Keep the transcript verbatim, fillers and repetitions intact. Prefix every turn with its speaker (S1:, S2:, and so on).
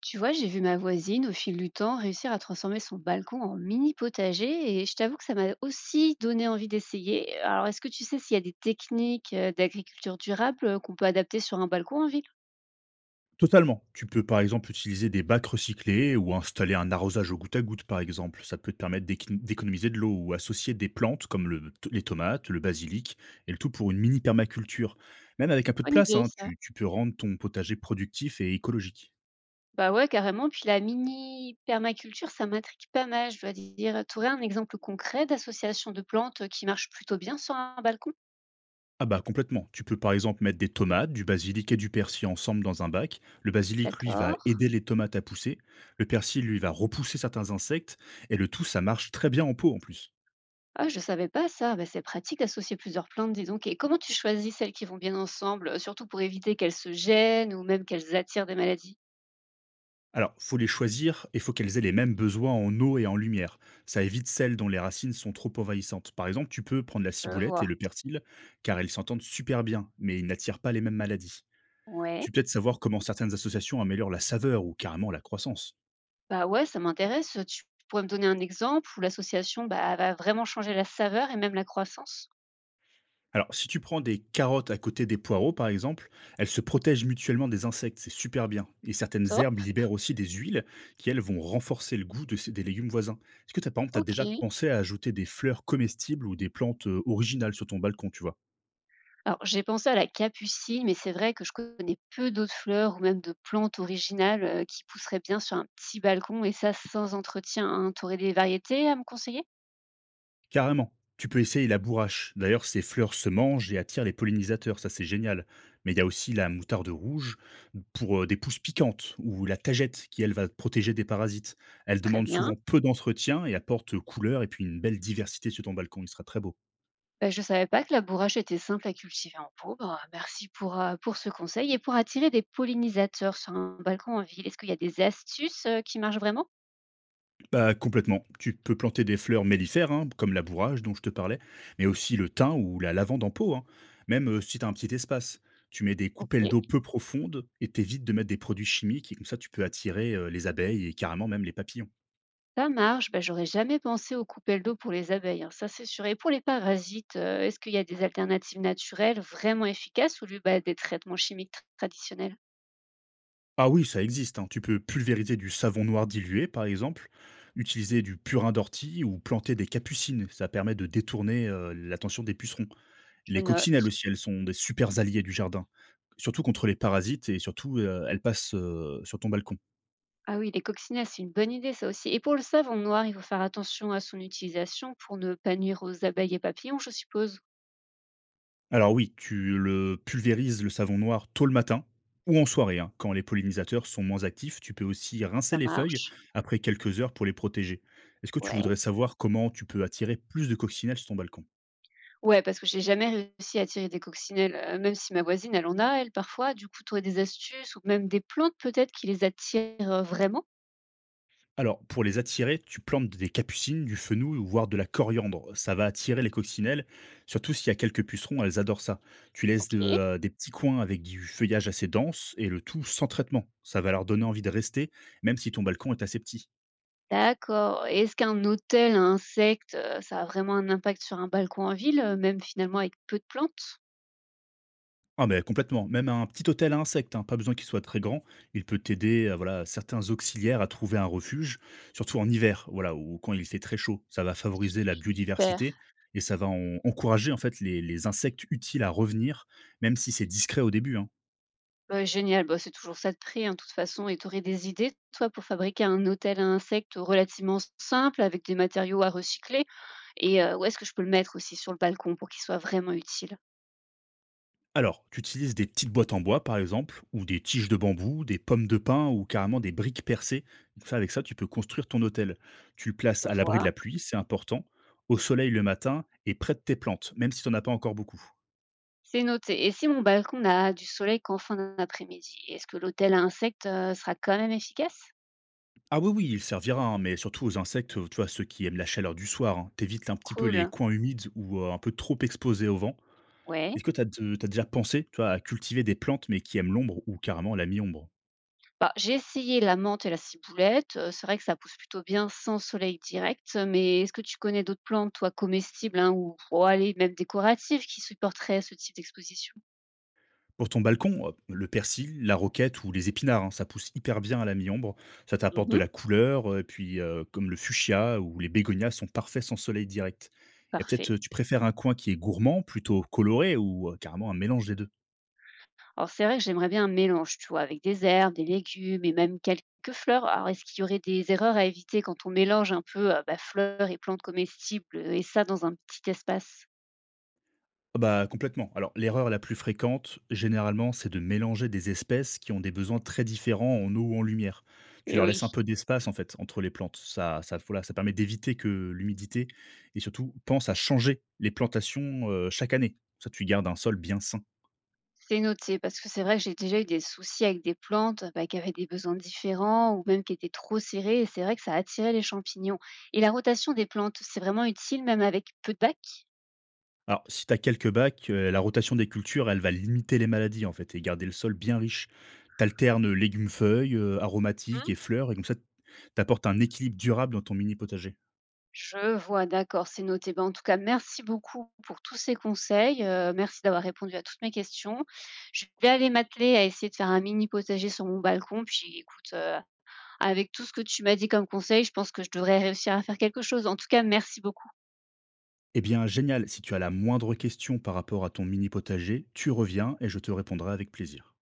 S1: Tu vois, j'ai vu ma voisine au fil du temps réussir à transformer son balcon en mini potager et je t'avoue que ça m'a aussi donné envie d'essayer. Alors, est-ce que tu sais s'il y a des techniques euh, d'agriculture durable euh, qu'on peut adapter sur un balcon en ville?
S2: Totalement. Tu peux par exemple utiliser des bacs recyclés ou installer un arrosage au goutte à goutte par exemple. Ça peut te permettre d'équi- d'économiser de l'eau ou associer des plantes comme le- les tomates, le basilic et le tout pour une mini permaculture. Même avec un peu de
S1: Bonne
S2: place,
S1: idée,
S2: hein,
S1: ça.
S2: tu, tu peux rendre ton potager productif et écologique.
S1: Bah ouais, carrément. Puis la mini permaculture, ça m'intrigue pas mal, je dois dire. Tu aurais un exemple concret d'association de plantes qui marche plutôt bien sur un balcon?
S2: Ah bah complètement. Tu peux par exemple mettre des tomates, du basilic et du persil ensemble dans un bac. Le basilic lui va
S1: D'accord.
S2: aider les tomates à pousser. Le persil lui va repousser certains insectes et le tout ça marche très bien en pot en plus.
S1: Ah, je savais pas ça. Bah, c'est pratique d'associer plusieurs plantes, dis donc. Et comment tu choisis celles qui vont bien ensemble, euh, surtout pour éviter qu'elles se gênent ou même qu'elles attirent des maladies?
S2: Alors, faut les choisir et faut qu'elles aient les mêmes besoins en eau et en lumière. Ça évite celles dont les racines sont trop envahissantes. Par exemple, tu peux prendre la
S1: Je
S2: ciboulette et
S1: vois.
S2: le persil, car elles s'entendent super bien, mais ils n'attirent pas les mêmes maladies. Tu
S1: Ouais.
S2: peux peut-être savoir comment certaines associations améliorent la saveur ou carrément la croissance.
S1: Bah ouais, ça m'intéresse. Tu pourrais me donner un exemple où l'association bah, va vraiment changer la saveur et même la croissance?
S2: Alors, si tu prends des carottes à côté des poireaux, par exemple, elles se protègent mutuellement des insectes, c'est super bien. Et certaines
S1: Top.
S2: herbes libèrent aussi des huiles qui, elles, vont renforcer le goût de ces- des légumes voisins. Est-ce que, t'as, par exemple, tu as
S1: Ok.
S2: déjà pensé à ajouter des fleurs comestibles ou des plantes euh, originales sur ton balcon, tu vois?
S1: Alors, j'ai pensé à la capucine, mais c'est vrai que je connais peu d'autres fleurs ou même de plantes originales euh, qui pousseraient bien sur un petit balcon et ça sans entretien. Tu aurais des variétés à me conseiller?
S2: Carrément. Tu peux essayer la bourrache. D'ailleurs, ces fleurs se mangent et attirent les pollinisateurs, ça c'est génial. Mais il y a aussi la moutarde rouge pour euh, des pousses piquantes ou la tagette qui, elle, va protéger des parasites. Elle
S1: Très
S2: demande souvent
S1: bien.
S2: peu d'entretien et apporte couleur et puis une belle diversité sur ton balcon. Il sera très beau.
S1: Bah, je ne savais pas que la bourrache était simple à cultiver en pot. Bah, merci pour, euh, pour ce conseil. Et pour attirer des pollinisateurs sur un balcon en ville, est-ce qu'il y a des astuces euh, qui marchent vraiment.
S2: Bah, complètement. Tu peux planter des fleurs mellifères, hein, comme la bourrage dont je te parlais, mais aussi le thym ou la lavande en pot, hein, même euh, si tu as un petit espace. Tu mets des
S1: Ok.
S2: coupelles d'eau peu profondes et t'évites de mettre des produits chimiques, et comme ça tu peux attirer euh, les abeilles et carrément même les papillons.
S1: Ça marche. Bah, j'aurais jamais pensé aux coupelles d'eau pour les abeilles, hein, ça c'est sûr. Et pour les parasites, euh, est-ce qu'il y a des alternatives naturelles vraiment efficaces ou lieu bah, des traitements chimiques tra- traditionnels.
S2: Ah oui, ça existe, hein. Tu peux pulvériser du savon noir dilué, par exemple, utiliser du purin d'ortie ou planter des capucines. Ça permet de détourner euh, l'attention des pucerons.
S1: Je
S2: Les coccinelles
S1: note.
S2: aussi, elles sont des supers alliées du jardin, surtout contre les parasites et surtout, heu, elles passent, heu, sur ton balcon.
S1: Ah oui, les coccinelles, c'est une bonne idée ça aussi. Et pour le savon noir, il faut faire attention à son utilisation pour ne pas nuire aux abeilles et papillons, je suppose.
S2: Alors oui, tu le pulvérises, le savon noir, tôt le matin ou en soirée, hein, quand les pollinisateurs sont moins actifs. Tu peux aussi rincer
S1: Ça
S2: les feuilles
S1: marche.
S2: après quelques heures pour les protéger. Est-ce que tu
S1: Ouais.
S2: voudrais savoir comment tu peux attirer plus de coccinelles sur ton balcon?
S1: Ouais, parce que j'ai jamais réussi à tirer des coccinelles, heu, même si ma voisine, elle en a, elle, parfois. Du coup, tu des astuces ou même des plantes peut-être qui les attirent, heu, vraiment?
S2: Alors, pour les attirer, tu plantes des capucines, du fenouil, ou voire de la coriandre. Ça va attirer les coccinelles, surtout s'il y a quelques pucerons, elles adorent ça. Tu laisses de,
S1: OK.
S2: euh, des petits coins avec du feuillage assez dense, et le tout sans traitement. Ça va leur donner envie de rester, même si ton balcon est assez petit.
S1: D'accord. Et est-ce qu'un hôtel à insectes, heu, ça a vraiment un impact sur un balcon en ville, heu, même finalement avec peu de plantes?
S2: Ah mais complètement, même un petit hôtel à insectes, hein, pas besoin qu'il soit très grand, il peut t'aider, heu, voilà, certains auxiliaires à trouver un refuge, surtout en hiver, voilà, ou quand il fait très chaud. Ça va favoriser la
S1: Super.
S2: biodiversité et ça va en encourager, en fait, les les insectes utiles à revenir, même si c'est discret au début, hein.
S1: Bah, génial, bah, c'est toujours ça de prix, hein, de toute façon et tu aurais des idées, toi, pour fabriquer un hôtel à insectes relativement simple avec des matériaux à recycler? Et heu, où est-ce que je peux le mettre aussi sur le balcon pour qu'il soit vraiment utile?
S2: Alors, tu utilises des petites boîtes en bois, par exemple, ou des tiges de bambou, des pommes de pin ou carrément des briques percées. Ça, avec ça, tu peux construire ton hôtel. Tu le places
S1: Je
S2: à l'abri de
S1: vois.
S2: la pluie, c'est important, au soleil le matin et près de tes plantes, même si tu en as pas encore beaucoup.
S1: C'est noté. Et si mon balcon n'a du soleil qu'en fin d'après-midi, est-ce que l'hôtel à insectes euh, sera quand même efficace?
S2: Ah oui, oui, il servira, hein, mais surtout aux insectes, euh, tu vois, ceux qui aiment la chaleur du soir, hein. T'évites un petit peu les
S1: Cool.
S2: coins humides ou euh, un peu trop exposés au vent.
S1: Ouais.
S2: Est-ce que t'as de- t'as déjà pensé, tu vois, à cultiver des plantes mais qui aiment l'ombre ou carrément la mi-ombre?
S1: Bah, j'ai essayé la menthe et la ciboulette. euh, C'est vrai que ça pousse plutôt bien sans soleil direct, mais est-ce que tu connais d'autres plantes, toi, comestibles hein, ou oh, allez, même décoratives, qui supporteraient ce type d'exposition?
S2: Pour ton balcon, euh, le persil, la roquette ou les épinards, hein, ça pousse hyper bien à la mi-ombre. Ça t'apporte de
S1: Mhm.
S2: la couleur, euh, et puis euh, comme le fuchsia ou les bégonias sont parfaits sans soleil direct. Et peut-être
S1: Parfait.
S2: euh, tu préfères un coin qui est gourmand, plutôt coloré ou euh, carrément un mélange des deux?
S1: Alors c'est vrai que j'aimerais bien un mélange, tu vois, avec des herbes, des légumes et même quelques fleurs. Alors est-ce qu'il y aurait des erreurs à éviter quand on mélange un peu euh, bah, fleurs et plantes comestibles euh, et ça dans un petit espace?
S2: Ah bah, complètement. Alors, l'erreur la plus fréquente, généralement, c'est de mélanger des espèces qui ont des besoins très différents en eau ou en lumière. Tu
S1: Et
S2: leur
S1: oui,
S2: laisses un peu d'espace, en fait, entre les plantes. Ça, ça, voilà, ça permet d'éviter que l'humidité, et surtout, pense à changer les plantations euh, chaque année. Ça, tu gardes un sol bien sain.
S1: c'est noté parce que c'est vrai que j'ai déjà eu des soucis avec des plantes bah, qui avaient des besoins différents ou même qui étaient trop serrées et c'est vrai que ça attirait les champignons. Et la rotation des plantes, c'est vraiment utile même avec peu de bac.
S2: Alors, si tu as quelques bacs, euh, la rotation des cultures, elle va limiter les maladies, en fait, et garder le sol bien riche. T'alternes légumes-feuilles, euh, aromatiques et fleurs, et comme ça, t'apportes un équilibre durable dans ton mini potager.
S1: Je vois, d'accord, c'est noté. Ben, en tout cas, merci beaucoup pour tous ces conseils. Heu, merci d'avoir répondu à toutes mes questions. Je vais aller m'atteler à essayer de faire un mini potager sur mon balcon. Puis écoute, heu, avec tout ce que tu m'as dit comme conseil, je pense que je devrais réussir à faire quelque chose. En tout cas, merci beaucoup.
S2: Eh bien, génial. Si tu as la moindre question par rapport à ton mini potager, tu reviens et je te répondrai avec plaisir.